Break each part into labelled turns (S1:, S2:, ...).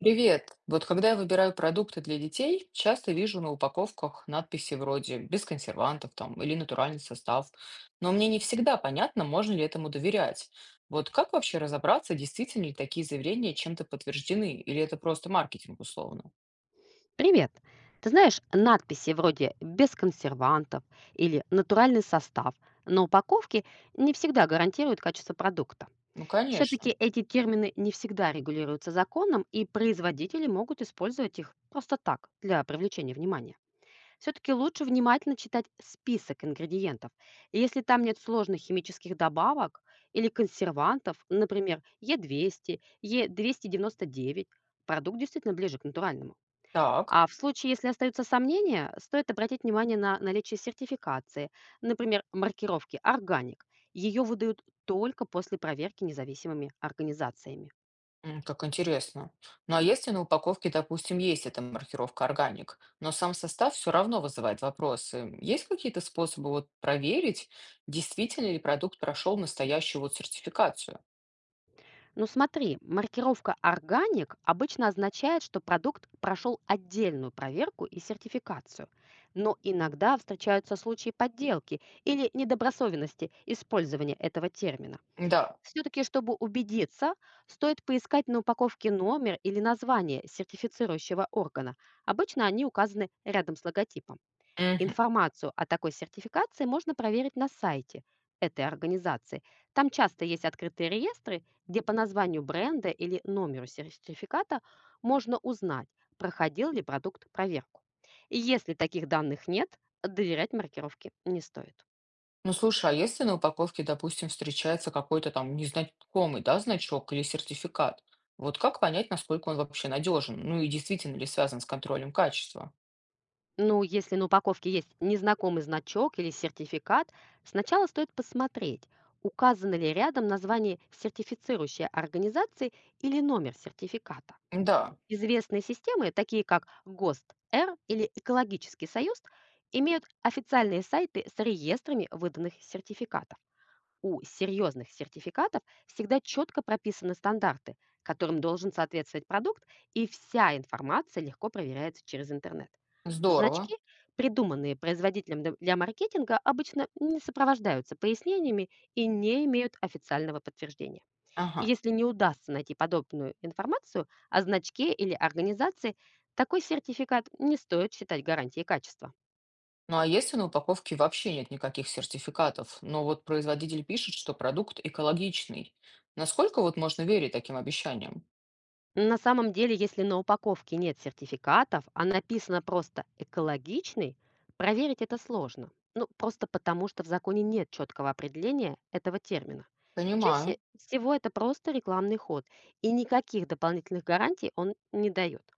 S1: Привет! Вот когда я выбираю продукты для детей, часто вижу на упаковках надписи вроде «без консервантов» там, или «натуральный состав». Но мне не всегда понятно, можно ли этому доверять. Вот как вообще разобраться, действительно ли такие заявления чем-то подтверждены, или это просто маркетинг условно?
S2: Привет! Ты знаешь, надписи вроде «без консервантов» или «натуральный состав» на упаковке не всегда гарантируют качество продукта.
S1: Ну,
S2: Все-таки
S1: конечно.
S2: эти термины не всегда регулируются законом, и производители могут использовать их просто так, для привлечения внимания. Все-таки лучше внимательно читать список ингредиентов. И если там нет сложных химических добавок или консервантов, например, Е200, Е299, продукт действительно ближе к натуральному.
S1: Так.
S2: А в случае, если остаются сомнения, стоит обратить внимание на наличие сертификации, например, маркировки «Органик». Ее выдают только после проверки независимыми организациями.
S1: Как интересно. Ну а если на упаковке, допустим, есть эта маркировка органик, но сам состав все равно вызывает вопросы, есть какие-то способы вот проверить, действительно ли продукт прошел настоящую вот сертификацию?
S2: Но смотри, маркировка «Органик» обычно означает, что продукт прошел отдельную проверку и сертификацию. Но иногда встречаются случаи подделки или недобросовенности использования этого термина.
S1: Да.
S2: Все-таки, чтобы убедиться, стоит поискать на упаковке номер или название сертифицирующего органа. Обычно они указаны рядом с логотипом.
S1: Мгм.
S2: Информацию о такой сертификации можно проверить на сайте этой организации. Там часто есть открытые реестры, где по названию бренда или номеру сертификата можно узнать, проходил ли продукт проверку. И если таких данных нет, доверять маркировке не стоит.
S1: Ну слушай, а если на упаковке, допустим, встречается какой-то там незнакомый, да, значок или сертификат, вот как понять, насколько он вообще надежен, ну и действительно ли связан с контролем качества?
S2: Ну, если на упаковке есть незнакомый значок или сертификат, сначала стоит посмотреть, указано ли рядом название сертифицирующей организации или номер сертификата.
S1: Да,
S2: Известные системы, такие как ГОСТ, Р или Экологический союз, имеют официальные сайты с реестрами выданных сертификатов. У серьезных сертификатов всегда четко прописаны стандарты, которым должен соответствовать продукт, и вся информация легко проверяется через интернет.
S1: здорово.
S2: Значки, придуманные производителем для маркетинга, обычно не сопровождаются пояснениями и не имеют официального подтверждения. И
S1: Ага.
S2: если не удастся найти подобную информацию о значке или организации, такой сертификат не стоит считать гарантией качества.
S1: Ну а если на упаковке вообще нет никаких сертификатов, но вот производитель пишет, что продукт экологичный, насколько вот можно верить таким обещаниям?
S2: На самом деле, если на упаковке нет сертификатов, а написано просто «экологичный», проверить это сложно. Ну, просто потому, что в законе нет четкого определения этого термина.
S1: Понимаю.
S2: Чаще всего это просто рекламный ход, и никаких дополнительных гарантий он не дает.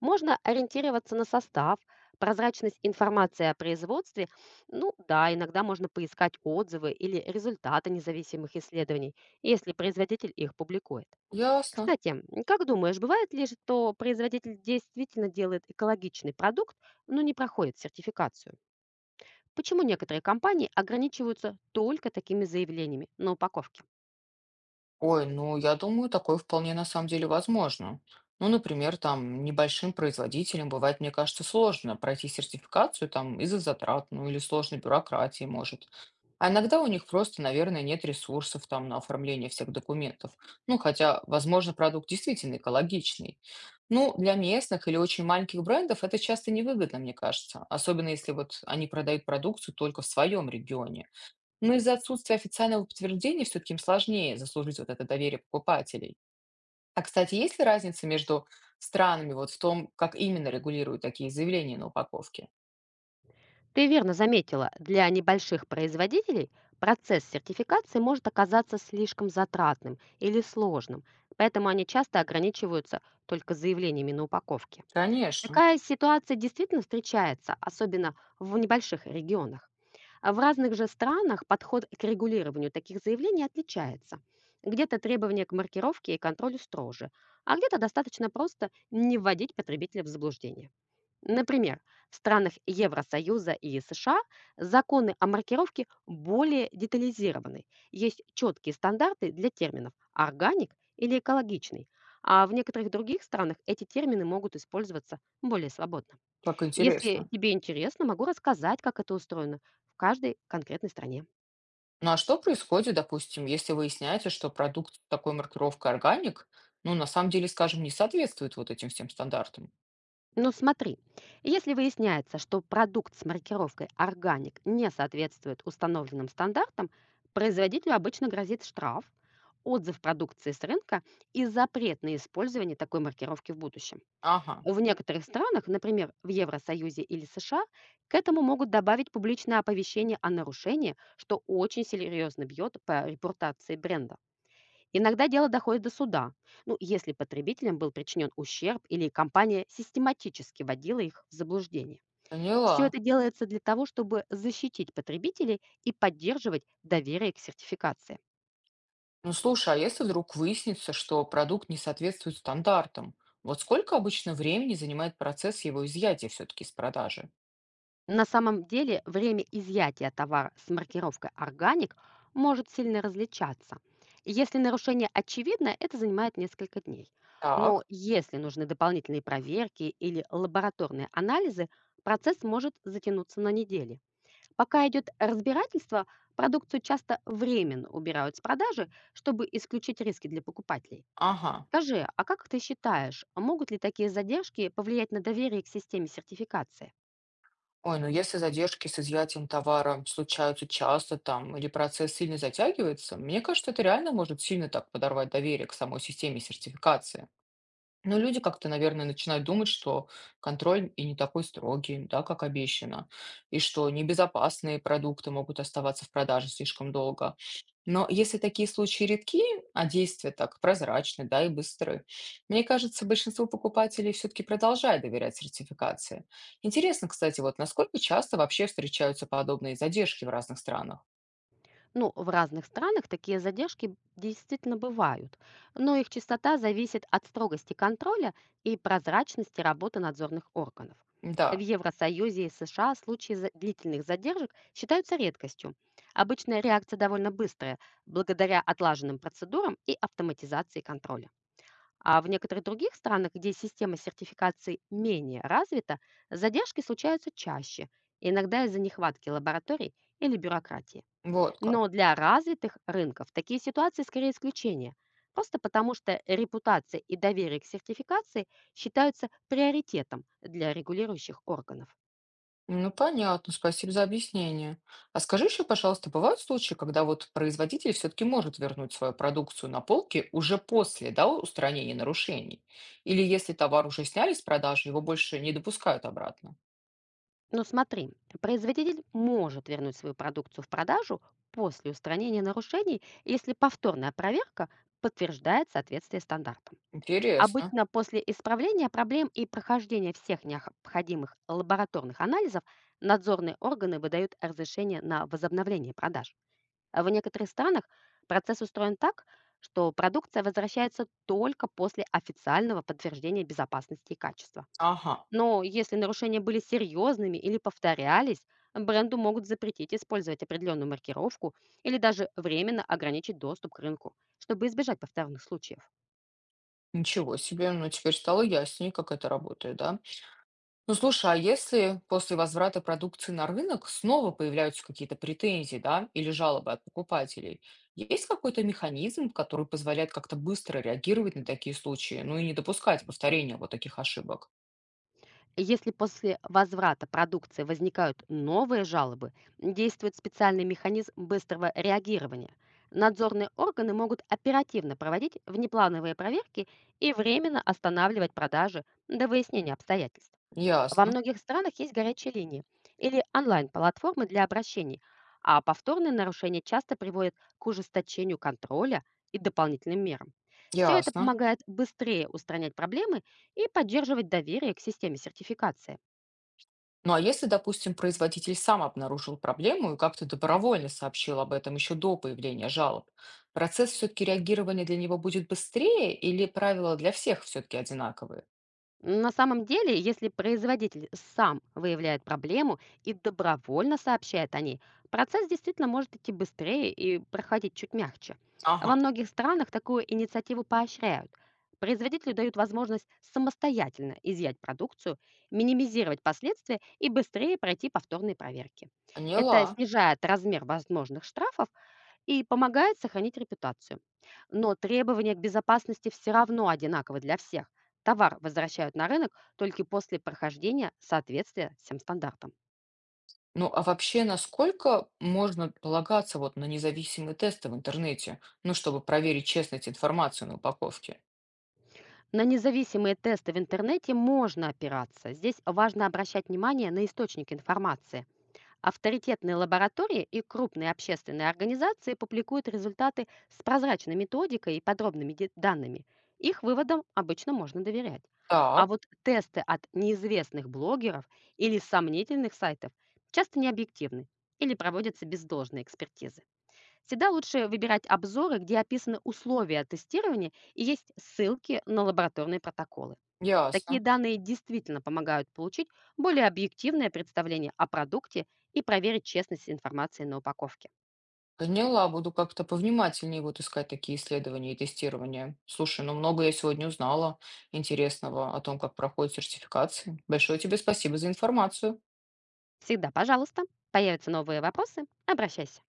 S2: Можно ориентироваться на состав, прозрачность информации о производстве. Ну да, иногда можно поискать отзывы или результаты независимых исследований, если производитель их публикует.
S1: Ясно.
S2: Кстати, как думаешь, бывает ли, что производитель действительно делает экологичный продукт, но не проходит сертификацию? Почему некоторые компании ограничиваются только такими заявлениями на упаковке?
S1: Ой, ну я думаю, такое вполне на самом деле возможно. Ну, например, там небольшим производителям бывает, мне кажется, сложно пройти сертификацию там из-за затрат, ну или сложной бюрократии, может. А иногда у них просто, наверное, нет ресурсов там на оформление всех документов. Ну, хотя, возможно, продукт действительно экологичный. Ну, для местных или очень маленьких брендов это часто невыгодно, мне кажется, особенно если вот они продают продукцию только в своем регионе. Но из-за отсутствия официального подтверждения все-таки им сложнее заслужить вот это доверие покупателей. А, кстати, есть ли разница между странами вот в том, как именно регулируют такие заявления на упаковке?
S2: Ты верно заметила, для небольших производителей процесс сертификации может оказаться слишком затратным или сложным, поэтому они часто ограничиваются только заявлениями на упаковке.
S1: Конечно,
S2: Такая ситуация действительно встречается, особенно в небольших регионах. А в разных же странах подход к регулированию таких заявлений отличается. Где-то требования к маркировке и контролю строже, а где-то достаточно просто не вводить потребителя в заблуждение. Например, в странах Евросоюза и США законы о маркировке более детализированы. Есть четкие стандарты для терминов «органик» или «экологичный», а в некоторых других странах эти термины могут использоваться более свободно.
S1: как
S2: Если
S1: интересно.
S2: тебе интересно, могу рассказать, как это устроено в каждой конкретной стране.
S1: Ну а что происходит, допустим, если выясняется, что продукт с такой маркировкой органик, ну на самом деле, скажем, не соответствует вот этим всем стандартам?
S2: Но смотри, если выясняется, что продукт с маркировкой «органик» не соответствует установленным стандартам, производителю обычно грозит штраф, отзыв продукции с рынка и запрет на использование такой маркировки в будущем.
S1: Ага,
S2: В некоторых странах, например, в Евросоюзе или США, к этому могут добавить публичное оповещение о нарушении, что очень серьезно бьет по репутации бренда. Иногда дело доходит до суда, ну, если потребителям был причинен ущерб или компания систематически вводила их в заблуждение. Все
S1: поняла.
S2: это делается для того, чтобы защитить потребителей и поддерживать доверие к сертификации.
S1: Ну слушай, а если вдруг выяснится, что продукт не соответствует стандартам, вот сколько обычно времени занимает процесс его изъятия все-таки из продажи?
S2: На самом деле время изъятия товара с маркировкой «Органик» может сильно различаться. Если нарушение очевидно, это занимает несколько дней. Но
S1: Так,
S2: если нужны дополнительные проверки или лабораторные анализы, процесс может затянуться на недели. Пока идет разбирательство, продукцию часто временно убирают с продажи, чтобы исключить риски для покупателей.
S1: ага.
S2: Скажи, а как ты считаешь, могут ли такие задержки повлиять на доверие к системе сертификации?
S1: Ой, ну если задержки с изъятием товара случаются часто там, или процесс сильно затягивается, мне кажется, это реально может сильно так подорвать доверие к самой системе сертификации. Ну, люди как-то, наверное, начинают думать, что контроль и не такой строгий, да, как обещано, и что небезопасные продукты могут оставаться в продаже слишком долго. Но если такие случаи редки, а действия так прозрачны, да, и быстры, мне кажется, большинство покупателей все-таки продолжает доверять сертификации. Интересно, кстати, вот насколько часто вообще встречаются подобные задержки в разных странах?
S2: Ну, в разных странах такие задержки действительно бывают, но их частота зависит от строгости контроля и прозрачности работы надзорных органов. В
S1: Да,
S2: Евросоюзе и США случаи длительных задержек считаются редкостью. Обычная реакция довольно быстрая, благодаря отлаженным процедурам и автоматизации контроля. А в некоторых других странах, где система сертификации менее развита, задержки случаются чаще, иногда из-за нехватки лабораторий или бюрократии.
S1: вот как.
S2: Но для развитых рынков такие ситуации скорее исключение, просто потому что репутация и доверие к сертификации считаются приоритетом для регулирующих органов.
S1: Ну, понятно, спасибо за объяснение. А скажи еще, пожалуйста, бывают случаи, когда вот производитель все-таки может вернуть свою продукцию на полке уже после, да, устранения нарушений? Или если товар уже сняли с продажи, его больше не допускают обратно?
S2: Но смотри, производитель может вернуть свою продукцию в продажу после устранения нарушений, если повторная проверка подтверждает соответствие стандартам.
S1: Интересно.
S2: Обычно после исправления проблем и прохождения всех необходимых лабораторных анализов надзорные органы выдают разрешение на возобновление продаж. А в некоторых странах процесс устроен так, что продукция возвращается только после официального подтверждения безопасности и качества.
S1: Ага,
S2: Но если нарушения были серьезными или повторялись, бренду могут запретить использовать определенную маркировку или даже временно ограничить доступ к рынку, чтобы избежать повторных случаев.
S1: ничего себе, ну теперь стало яснее, как это работает, да? Ну слушай, а если после возврата продукции на рынок снова появляются какие-то претензии, да, или жалобы от покупателей, есть какой-то механизм, который позволяет как-то быстро реагировать на такие случаи, ну и не допускать повторения вот таких ошибок?
S2: Если после возврата продукции возникают новые жалобы, действует специальный механизм быстрого реагирования. Надзорные органы могут оперативно проводить внеплановые проверки и временно останавливать продажи до выяснения обстоятельств. Во
S1: Ясно,
S2: многих странах есть горячие линии или онлайн-платформы для обращений, а повторные нарушения часто приводят к ужесточению контроля и дополнительным мерам. Все это
S1: ясно.
S2: помогает быстрее устранять проблемы и поддерживать доверие к системе сертификации.
S1: Ну а если, допустим, производитель сам обнаружил проблему и как-то добровольно сообщил об этом еще до появления жалоб, процесс все-таки реагирования для него будет быстрее или правила для всех все-таки одинаковые?
S2: На самом деле, если производитель сам выявляет проблему и добровольно сообщает о ней, процесс действительно может идти быстрее и проходить чуть мягче. Во
S1: Ага,
S2: многих странах такую инициативу поощряют. Производителю дают возможность самостоятельно изъять продукцию, минимизировать последствия и быстрее пройти повторные проверки. Это
S1: поняла.
S2: снижает размер возможных штрафов и помогает сохранить репутацию. Но требования к безопасности все равно одинаковы для всех. Товар возвращают на рынок только после прохождения соответствия всем стандартам.
S1: Ну, а вообще, насколько можно полагаться вот на независимые тесты в интернете, ну, чтобы проверить честность информации на упаковке?
S2: На независимые тесты в интернете можно опираться. Здесь важно обращать внимание на источник информации. Авторитетные лаборатории и крупные общественные организации публикуют результаты с прозрачной методикой и подробными данными. Их выводам обычно можно доверять. А
S1: Так,
S2: вот тесты от неизвестных блогеров или сомнительных сайтов часто необъективны или проводятся без должной экспертизы. Всегда лучше выбирать обзоры, где описаны условия тестирования и есть ссылки на лабораторные протоколы. Такие
S1: ясно.
S2: данные действительно помогают получить более объективное представление о продукте и проверить честность информации на упаковке.
S1: Поняла, буду как-то повнимательнее вот искать такие исследования и тестирования. Слушай, ну много я сегодня узнала интересного о том, как проходит сертификации. Большое тебе спасибо за информацию.
S2: Всегда, пожалуйста, появятся новые вопросы, обращайся.